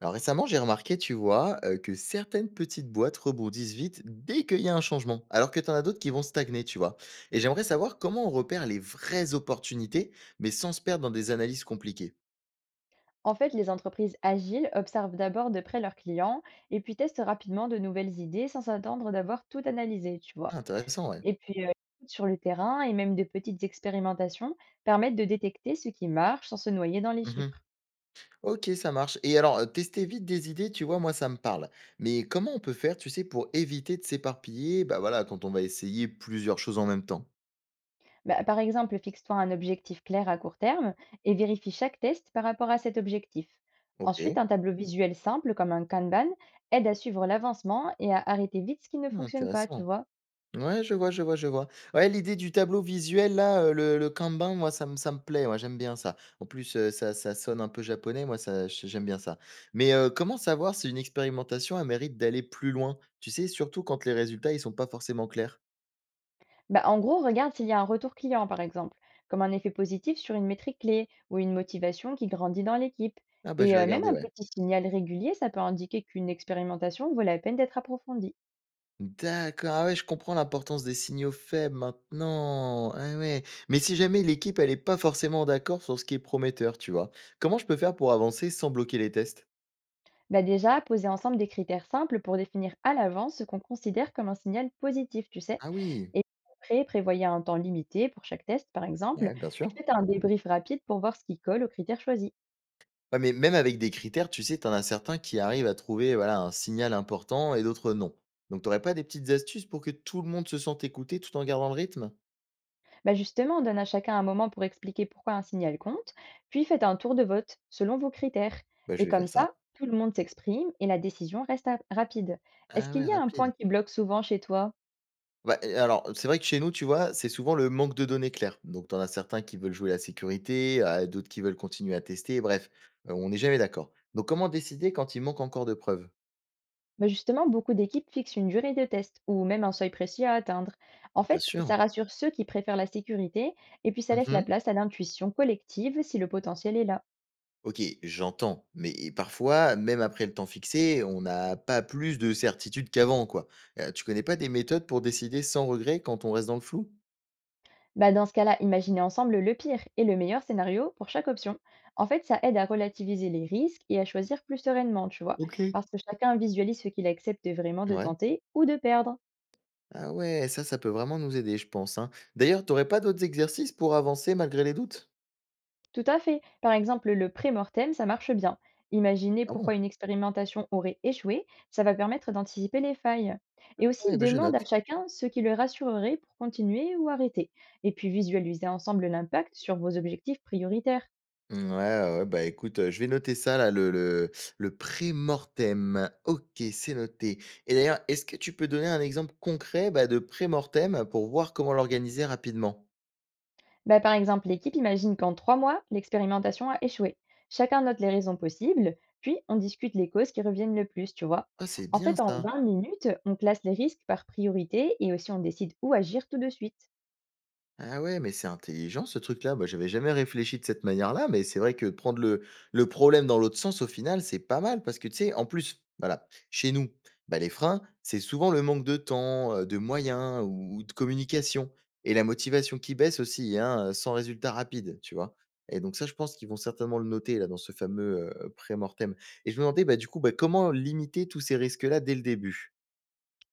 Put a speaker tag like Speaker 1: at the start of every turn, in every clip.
Speaker 1: Alors récemment, j'ai remarqué, tu vois, que certaines petites boîtes rebondissent vite dès qu'il y a un changement, alors que tu en as d'autres qui vont stagner, tu vois. Et j'aimerais savoir comment on repère les vraies opportunités, mais sans se perdre dans des analyses compliquées.
Speaker 2: En fait, les entreprises agiles observent d'abord de près leurs clients et puis testent rapidement de nouvelles idées sans s'attendre d'avoir tout analysé, tu vois.
Speaker 1: Ah, intéressant, ouais.
Speaker 2: Et puis, sur le terrain et même de petites expérimentations permettent de détecter ce qui marche sans se noyer dans les
Speaker 1: Mhm.
Speaker 2: chiffres.
Speaker 1: Ok, ça marche. Et alors, tester vite des idées, tu vois, moi, ça me parle. Mais comment on peut faire, tu sais, pour éviter de s'éparpiller, bah voilà, quand on va essayer plusieurs choses en même temps.
Speaker 2: Bah, par exemple, fixe-toi un objectif clair à court terme et vérifie chaque test par rapport à cet objectif.
Speaker 1: Ok,
Speaker 2: Ensuite, un tableau visuel simple comme un Kanban aide à suivre l'avancement et à arrêter vite ce qui ne fonctionne pas, tu
Speaker 1: intéressant.
Speaker 2: vois.
Speaker 1: Ouais, je vois. Ouais, l'idée du tableau visuel là, le Kanban, moi ça me plaît, moi j'aime bien ça. En plus, ça sonne un peu japonais, moi ça j'aime bien ça. Mais, comment savoir si une expérimentation, elle mérite d'aller plus loin? Tu sais, surtout quand les résultats, ils sont pas forcément clairs?
Speaker 2: Bah, en gros, regarde s'il y a un retour client, par exemple, comme un effet positif sur une métrique clé ou une motivation qui grandit dans l'équipe.
Speaker 1: Ah bah, je
Speaker 2: Et
Speaker 1: vais
Speaker 2: même
Speaker 1: regarder,
Speaker 2: un
Speaker 1: ouais.
Speaker 2: petit signal régulier, ça peut indiquer qu'une expérimentation vaut la peine d'être approfondie.
Speaker 1: D'accord, ah ouais, je comprends l'importance des signaux faibles maintenant. Ah ouais. Mais si jamais l'équipe, elle est pas forcément d'accord sur ce qui est prometteur, tu vois? Comment je peux faire pour avancer sans bloquer les tests?
Speaker 2: Bah déjà, poser ensemble des critères simples pour définir à l'avance ce qu'on considère comme un signal positif, tu sais.
Speaker 1: Ah oui,
Speaker 2: Et après, prévoyez un temps limité pour chaque test, par exemple,
Speaker 1: ouais, bien
Speaker 2: puis
Speaker 1: sûr.
Speaker 2: faites un débrief rapide pour voir ce qui colle aux critères choisis.
Speaker 1: Ouais, mais même avec des critères, tu sais, t'en as certains qui arrivent à trouver, voilà, un signal important et d'autres non. Donc, t'aurais pas des petites astuces pour que tout le monde se sente écouté tout en gardant le rythme?
Speaker 2: Bah justement, donne à chacun un moment pour expliquer pourquoi un signal compte, puis faites un tour de vote selon vos critères.
Speaker 1: Bah,
Speaker 2: Et
Speaker 1: je vais
Speaker 2: comme
Speaker 1: faire ça.
Speaker 2: ça, tout le monde s'exprime et la décision reste rapide. Est-ce
Speaker 1: Ah
Speaker 2: qu'il
Speaker 1: ouais,
Speaker 2: y a un point
Speaker 1: rapide.
Speaker 2: qui bloque souvent chez toi?
Speaker 1: Bah, et alors, c'est vrai que chez nous, tu vois, c'est souvent le manque de données claires. Donc, t'en as certains qui veulent jouer la sécurité, d'autres qui veulent continuer à tester. Bref, on n'est jamais d'accord. Donc, comment décider quand il manque encore de preuves?
Speaker 2: Bah justement, beaucoup d'équipes fixent une durée de test ou même un seuil précis à atteindre. En
Speaker 1: Bien
Speaker 2: fait, ça
Speaker 1: sûr.
Speaker 2: rassure ceux qui préfèrent la sécurité et puis ça laisse la place à l'intuition collective si le potentiel est là.
Speaker 1: OK, j'entends, mais parfois, même après le temps fixé, on n'a pas plus de certitude qu'avant, quoi. Tu connais pas des méthodes pour décider sans regret quand on reste dans le flou?
Speaker 2: Bah, dans ce cas-là, imaginez ensemble le pire et le meilleur scénario pour chaque option. En fait, ça aide à relativiser les risques et à choisir plus sereinement, tu vois,
Speaker 1: OK.
Speaker 2: parce que chacun visualise ce qu'il accepte vraiment de
Speaker 1: Ouais.
Speaker 2: tenter ou de perdre.
Speaker 1: Ah ouais, ça peut vraiment nous aider, je pense, hein. D'ailleurs, t'aurais pas d'autres exercices pour avancer malgré les doutes?
Speaker 2: Tout à fait. Par exemple, le pré-mortem, ça marche bien. Imaginer
Speaker 1: Ah
Speaker 2: pourquoi
Speaker 1: bon?
Speaker 2: une expérimentation aurait échoué, ça va permettre d'anticiper les failles. Et aussi,
Speaker 1: Ouais, bah, je
Speaker 2: demande
Speaker 1: note.
Speaker 2: à chacun ce qui le rassurerait pour continuer ou arrêter. Et puis, visualisez ensemble l'impact sur vos objectifs prioritaires.
Speaker 1: Mmh, ouais, ouais, ouais, bah, écoute, je vais noter ça là, le pré-mortem. OK, c'est noté et d'ailleurs, est-ce que tu peux donner un exemple concret, bah, de pré-mortem pour voir comment l'organiser rapidement?
Speaker 2: Bah, par exemple, l'équipe imagine qu'en 3 mois, l'expérimentation a échoué. Chacun note les raisons possibles, puis on discute les causes qui reviennent le plus, tu vois.
Speaker 1: Ah, c'est
Speaker 2: En
Speaker 1: bien
Speaker 2: fait, en
Speaker 1: ça.
Speaker 2: 20 minutes, on classe les risques par priorité et aussi on décide où agir tout de suite.
Speaker 1: Ah ouais, mais c'est intelligent ce truc-là. Moi j'avais jamais réfléchi de cette manière-là, mais c'est vrai que prendre le problème dans l'autre sens, au final, c'est pas mal parce que tu sais, en plus, voilà, chez nous, bah, les freins, c'est souvent le manque de temps, de moyens ou de communication et la motivation qui baisse aussi, hein, sans résultat rapide, tu vois. Et donc ça, je pense qu'ils vont certainement le noter là dans ce fameux pré-mortem. Et je me demandais, bah, du coup, bah, comment limiter tous ces risques-là dès le début?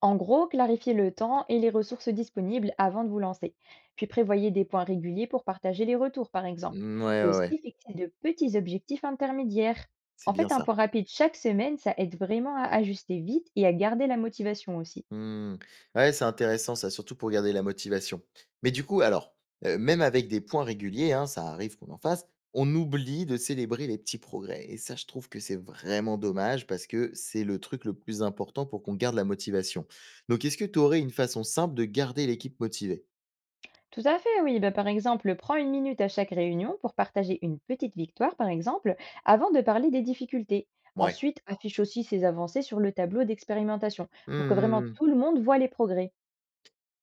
Speaker 2: En gros, clarifiez le temps et les ressources disponibles avant de vous lancer. Puis prévoyez des points réguliers pour partager les retours, par exemple.
Speaker 1: Mm, ouais,
Speaker 2: Et
Speaker 1: ouais,
Speaker 2: aussi
Speaker 1: ouais,
Speaker 2: fixez de petits objectifs intermédiaires.
Speaker 1: c'est
Speaker 2: En
Speaker 1: bien
Speaker 2: fait, un
Speaker 1: ça.
Speaker 2: point rapide chaque semaine, ça aide vraiment à ajuster vite et à garder la motivation aussi.
Speaker 1: Mmh. Ouais, c'est intéressant ça, surtout pour garder la motivation. Mais du coup, alors, même avec des points réguliers, hein, ça arrive qu'on en fasse, on oublie de célébrer les petits progrès et ça, je trouve que c'est vraiment dommage parce que c'est le truc le plus important pour qu'on garde la motivation. Donc est-ce que tu aurais une façon simple de garder l'équipe motivée?
Speaker 2: Tout à fait, oui. Bah, par exemple, prends une minute à chaque réunion pour partager une petite victoire, par exemple, avant de parler des difficultés.
Speaker 1: Ouais.
Speaker 2: Ensuite, affiche aussi ses avancées sur le tableau d'expérimentation pour que vraiment tout le monde voit les progrès.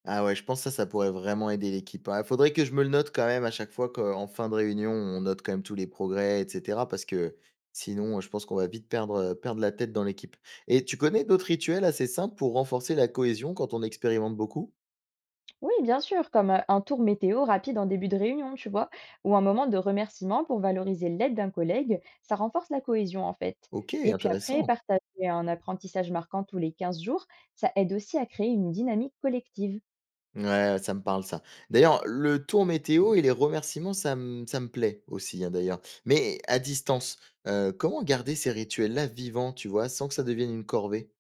Speaker 1: Ah ouais, je pense que ça pourrait vraiment aider l'équipe, hein. Il faudrait que je me le note quand même à chaque fois qu'en fin de réunion, on note quand même tous les progrès et cetera parce que sinon, je pense qu'on va vite perdre, perdre la tête dans l'équipe et tu connais d'autres rituels assez simples pour renforcer la cohésion quand on expérimente beaucoup?
Speaker 2: Oui, bien sûr, comme un tour météo rapide en début de réunion, tu vois, ou un moment de remerciement pour valoriser l'aide d'un collègue, ça renforce la cohésion en fait.
Speaker 1: OK,
Speaker 2: Et puis après,
Speaker 1: intéressant.
Speaker 2: partager un apprentissage marquant tous les 15 jours, ça aide aussi à créer une dynamique collective.
Speaker 1: Ouais, ça me parle ça. D'ailleurs, le tour météo et les remerciements, ça me plaît aussi, hein, d'ailleurs. Mais à distance, comment garder ces rituels-là vivants, tu vois, sans que ça devienne une corvée?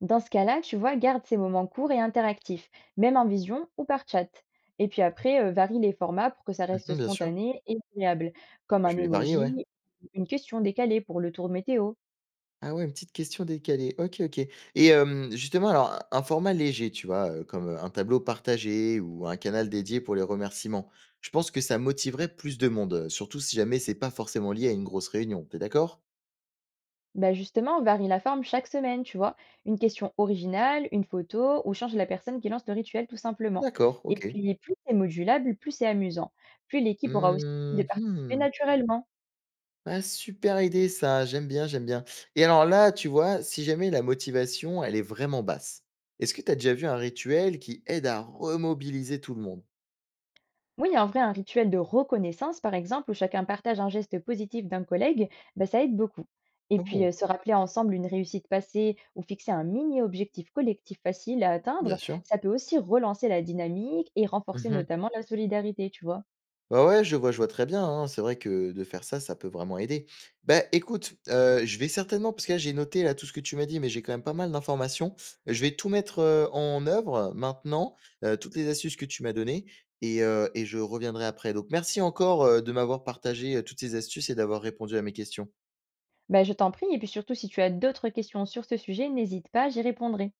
Speaker 2: Dans ce cas-là, tu vois, garde ces moments courts et interactifs, même en vision ou par chat. Et puis après, varie les formats pour que ça reste
Speaker 1: Mmh bien sûr.
Speaker 2: spontané et agréable, comme
Speaker 1: Je
Speaker 2: un
Speaker 1: vais les varier,
Speaker 2: emoji,
Speaker 1: ouais.
Speaker 2: une question décalée pour le tour météo.
Speaker 1: Ah ouais, une petite question décalée. OK, OK. Et justement, alors un format léger, tu vois, comme, un tableau partagé ou un canal dédié pour les remerciements, je pense que ça motiverait plus de monde, surtout si jamais c'est pas forcément lié à une grosse réunion, t'es d'accord?
Speaker 2: Bah justement, varie la forme chaque semaine, tu vois. Une question originale, une photo, ou change la personne qui lance le rituel tout
Speaker 1: Ah
Speaker 2: simplement.
Speaker 1: d'accord,
Speaker 2: Et
Speaker 1: OK.
Speaker 2: puis, plus c'est modulable, plus c'est amusant. Plus l'équipe aura aussi envie
Speaker 1: Mmh
Speaker 2: de participer
Speaker 1: mh.
Speaker 2: naturellement.
Speaker 1: Ah super idée ça, j'aime bien, j'aime bien. Et alors là, tu vois, si jamais la motivation, elle est vraiment basse, est-ce que tu as déjà vu un rituel qui aide à remobiliser tout le monde?
Speaker 2: Oui, en vrai, un rituel de reconnaissance, par exemple, où chacun partage un geste positif d'un collègue, bah, ça aide beaucoup. Et puis,
Speaker 1: Oh!
Speaker 2: se rappeler ensemble une réussite passée ou fixer un mini-objectif collectif facile à atteindre,
Speaker 1: Bien sûr.
Speaker 2: ça peut aussi relancer la dynamique et renforcer
Speaker 1: Mmh.
Speaker 2: notamment la solidarité, tu vois.
Speaker 1: Bah, ouais, je vois très bien, hein. C'est vrai que de faire ça, ça peut vraiment aider. Bah, écoute, je vais certainement parce que là, j'ai noté là tout ce que tu m'as dit, mais j'ai quand même pas mal d'informations. Je vais tout mettre, en œuvre maintenant, toutes les astuces que tu m'as données et je reviendrai après. Donc merci encore, de m'avoir partagé, toutes ces astuces et d'avoir répondu à mes questions.
Speaker 2: Bah, je t'en prie, et puis surtout, si tu as d'autres questions sur ce sujet, n'hésite pas, j'y répondrai.